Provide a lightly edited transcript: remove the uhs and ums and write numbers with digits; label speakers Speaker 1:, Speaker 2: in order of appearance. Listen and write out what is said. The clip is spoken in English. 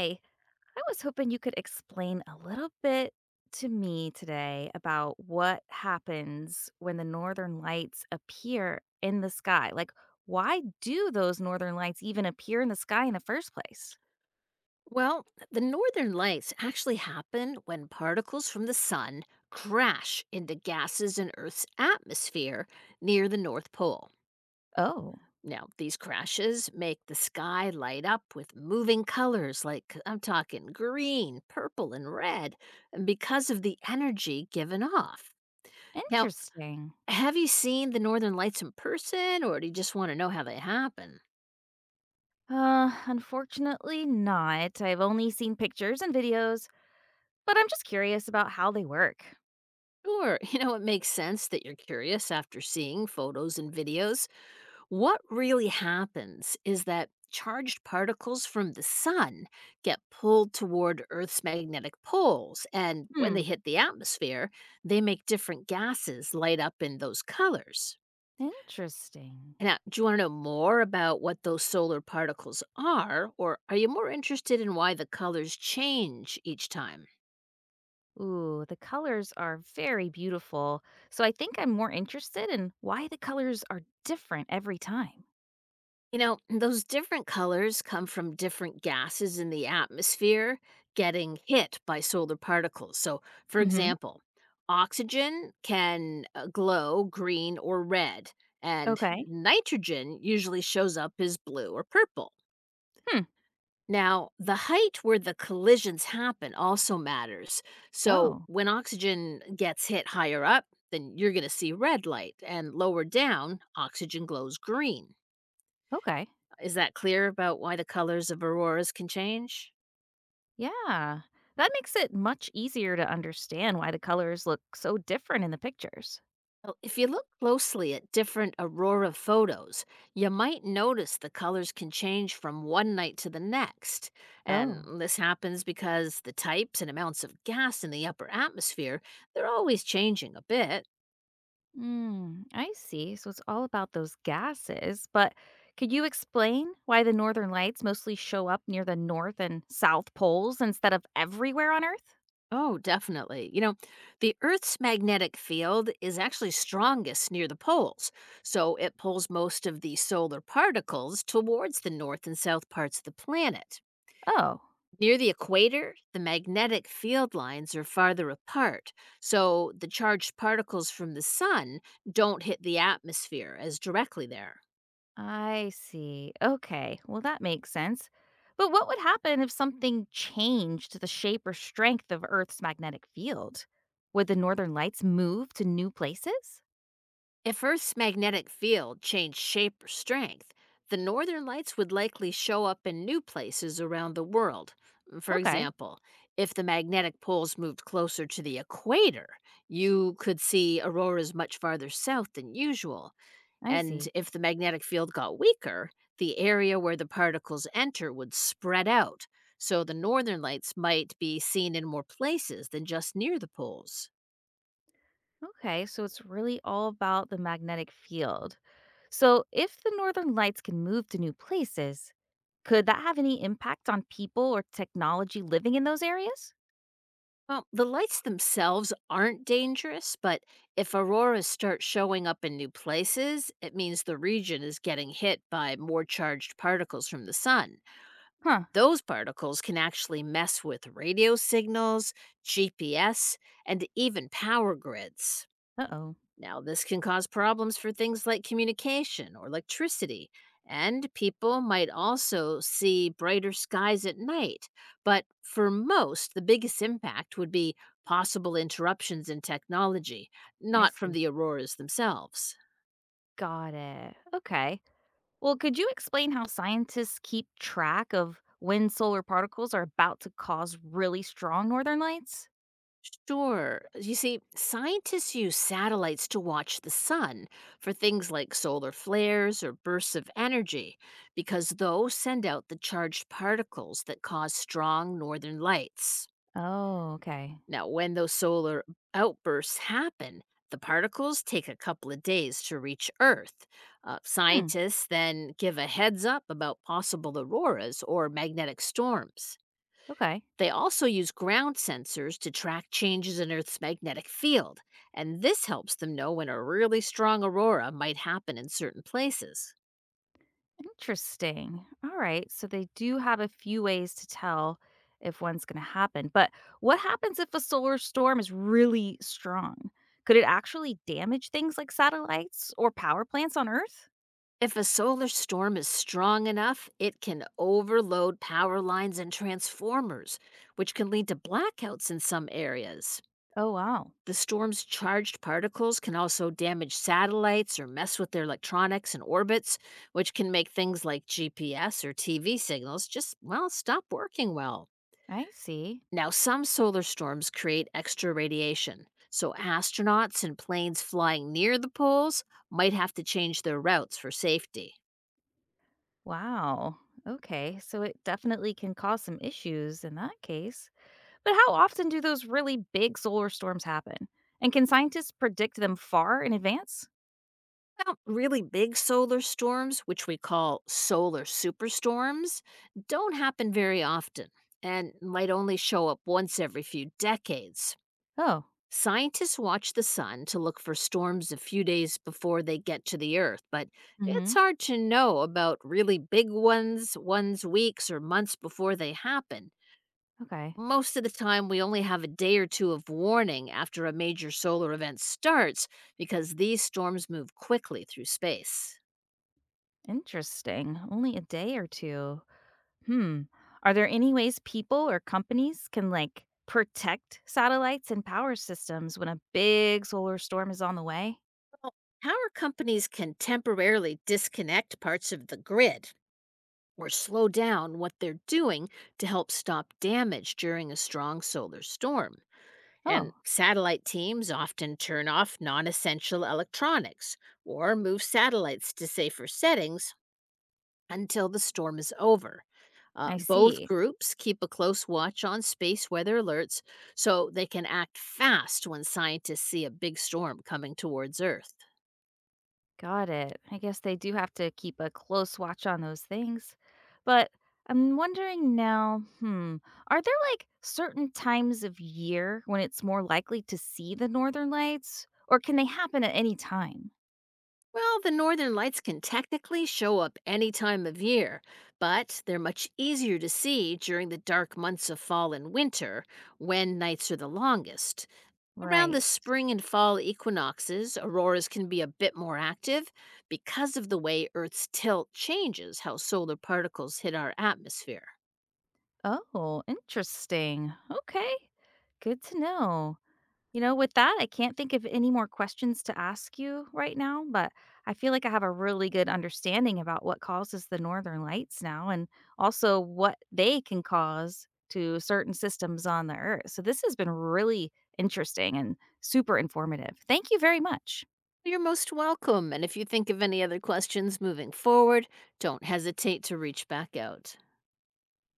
Speaker 1: Hey, I was hoping you could explain a little bit to me today about what happens when the northern lights appear in the sky. Like, why do those northern lights even appear in the sky in the first place?
Speaker 2: Well, the northern lights actually happen when particles from the sun crash into gases in Earth's atmosphere near the North Pole.
Speaker 1: Oh,
Speaker 2: Now, these crashes make the sky light up with moving colors like I'm talking green, purple, and red and because of the energy given off. Now,
Speaker 1: interesting.
Speaker 2: have you seen the northern lights in person or do you just want to know how they happen?
Speaker 1: Unfortunately, not. I've only seen pictures and videos, but I'm just curious about how they work.
Speaker 2: Sure, you know, it makes sense that you're curious after seeing photos and videos. What really happens is that charged particles from the sun get pulled toward Earth's magnetic poles, and when
Speaker 1: Hmm,
Speaker 2: they hit the atmosphere, they make different gases light up in those colors.
Speaker 1: interesting.
Speaker 2: Now, do you want to know more about what those solar particles are, or are you more interested in why the colors change each time?
Speaker 1: Ooh, the colors are very beautiful. So I think I'm more interested in why the colors are different every time.
Speaker 2: You know, those different colors come from different gases in the atmosphere getting hit by solar particles. So, for
Speaker 1: Hmm.
Speaker 2: example, oxygen can glow green or red, and
Speaker 1: Okay.
Speaker 2: nitrogen usually shows up as blue or purple.
Speaker 1: Hmm.
Speaker 2: Now, the height where the collisions happen also matters. So,
Speaker 1: Oh,
Speaker 2: when oxygen gets hit higher up, then you're going to see red light, and lower down, oxygen glows green.
Speaker 1: okay.
Speaker 2: Is that clear about why the colors of auroras can change?
Speaker 1: Yeah. That makes it much easier to understand why the colors look so different in the pictures.
Speaker 2: Well, if you look closely at different aurora photos, you might notice the colors can change from one night to the next. And
Speaker 1: Oh.
Speaker 2: this happens because the types and amounts of gas in the upper atmosphere, they're always changing a bit.
Speaker 1: Mm, I see. So it's all about those gases. But could you explain why the northern lights mostly show up near the north and south poles instead of everywhere on Earth?
Speaker 2: Oh, definitely. You know, the Earth's magnetic field is actually strongest near the poles, so it pulls most of the solar particles towards the north and south parts of the planet.
Speaker 1: Oh.
Speaker 2: Near the equator, the magnetic field lines are farther apart, so the charged particles from the sun don't hit the atmosphere as directly there.
Speaker 1: I see. Okay. Well, that makes sense. But what would happen if something changed the shape or strength of Earth's magnetic field? Would the northern lights move to new places?
Speaker 2: If Earth's magnetic field changed shape or strength, the northern lights would likely show up in new places around the world. For
Speaker 1: Okay.
Speaker 2: example, if the magnetic poles moved closer to the equator, you could see auroras much farther south than usual.
Speaker 1: I
Speaker 2: And
Speaker 1: see.
Speaker 2: if the magnetic field got weaker, the area where the particles enter would spread out, so the northern lights might be seen in more places than just near the poles.
Speaker 1: Okay. So it's really all about the magnetic field. So if the northern lights can move to new places, could that have any impact on people or technology living in those areas?
Speaker 2: Well, the lights themselves aren't dangerous, but if auroras start showing up in new places, it means the region is getting hit by more charged particles from the sun.
Speaker 1: Huh.
Speaker 2: Those particles can actually mess with radio signals, GPS, and even power grids.
Speaker 1: Uh oh.
Speaker 2: Now, this can cause problems for things like communication or electricity, and people might also see brighter skies at night. But for most, the biggest impact would be possible interruptions in technology,
Speaker 1: I
Speaker 2: not from
Speaker 1: see.
Speaker 2: the auroras themselves.
Speaker 1: Got it. Okay. Well, could you explain how scientists keep track of when solar particles are about to cause really strong northern lights?
Speaker 2: Sure. You see, scientists use satellites to watch the sun for things like solar flares or bursts of energy, because those send out the charged particles that cause strong northern lights.
Speaker 1: Oh, okay.
Speaker 2: Now, when those solar outbursts happen, the particles take a couple of days to reach Earth.
Speaker 1: Hmm.
Speaker 2: Scientists then give a heads up about possible auroras or magnetic storms.
Speaker 1: Okay.
Speaker 2: They also use ground sensors to track changes in Earth's magnetic field, and this helps them know when a really strong aurora might happen in certain places.
Speaker 1: Interesting. All right. So they do have a few ways to tell if one's going to happen. But what happens if a solar storm is really strong? Could it actually damage things like satellites or power plants on Earth?
Speaker 2: If a solar storm is strong enough, it can overload power lines and transformers, which can lead to blackouts in some areas.
Speaker 1: Oh, wow.
Speaker 2: The storm's charged particles can also damage satellites or mess with their electronics and orbits, which can make things like GPS or TV signals just, well, stop working well.
Speaker 1: I see.
Speaker 2: Now, some solar storms create extra radiation, so astronauts and planes flying near the poles might have to change their routes for safety.
Speaker 1: Wow. Okay. So it definitely can cause some issues in that case. But how often do those really big solar storms happen? And can scientists predict them far in advance?
Speaker 2: Now, really big solar storms, which we call solar superstorms, don't happen very often and might only show up once every few decades.
Speaker 1: Oh,
Speaker 2: Scientists watch the sun to look for storms a few days before they get to the Earth, but
Speaker 1: hmm,
Speaker 2: it's hard to know about really big ones, ones weeks or months before they happen.
Speaker 1: okay.
Speaker 2: Most of the time, we only have a day or two of warning after a major solar event starts because these storms move quickly through space.
Speaker 1: Interesting. Only a day or two. Hmm. Are there any ways people or companies can like protect satellites and power systems when a big solar storm is on the way?
Speaker 2: Power companies can temporarily disconnect parts of the grid or slow down what they're doing to help stop damage during a strong solar storm. And
Speaker 1: Oh,
Speaker 2: satellite teams often turn off non essential electronics or move satellites to safer settings until the storm is over.
Speaker 1: I
Speaker 2: Both
Speaker 1: see.
Speaker 2: groups keep a close watch on space weather alerts so they can act fast when scientists see a big storm coming towards Earth.
Speaker 1: Got it. I guess they do have to keep a close watch on those things. But I'm wondering now, hmm, are there like certain times of year when it's more likely to see the northern lights or can they happen at any time?
Speaker 2: Well, the northern lights can technically show up any time of year, but they're much easier to see during the dark months of fall and winter, when nights are the longest. Around the
Speaker 1: Right.
Speaker 2: spring and fall equinoxes, auroras can be a bit more active because of the way Earth's tilt changes how solar particles hit our atmosphere.
Speaker 1: Oh, interesting. Okay. Good to know. You know, with that, I can't think of any more questions to ask you right now, but I feel like I have a really good understanding about what causes the northern lights now and also what they can cause to certain systems on the earth. So this has been really interesting and super informative. Thank you very much.
Speaker 2: You're most welcome, and if you think of any other questions moving forward, don't hesitate to reach back out.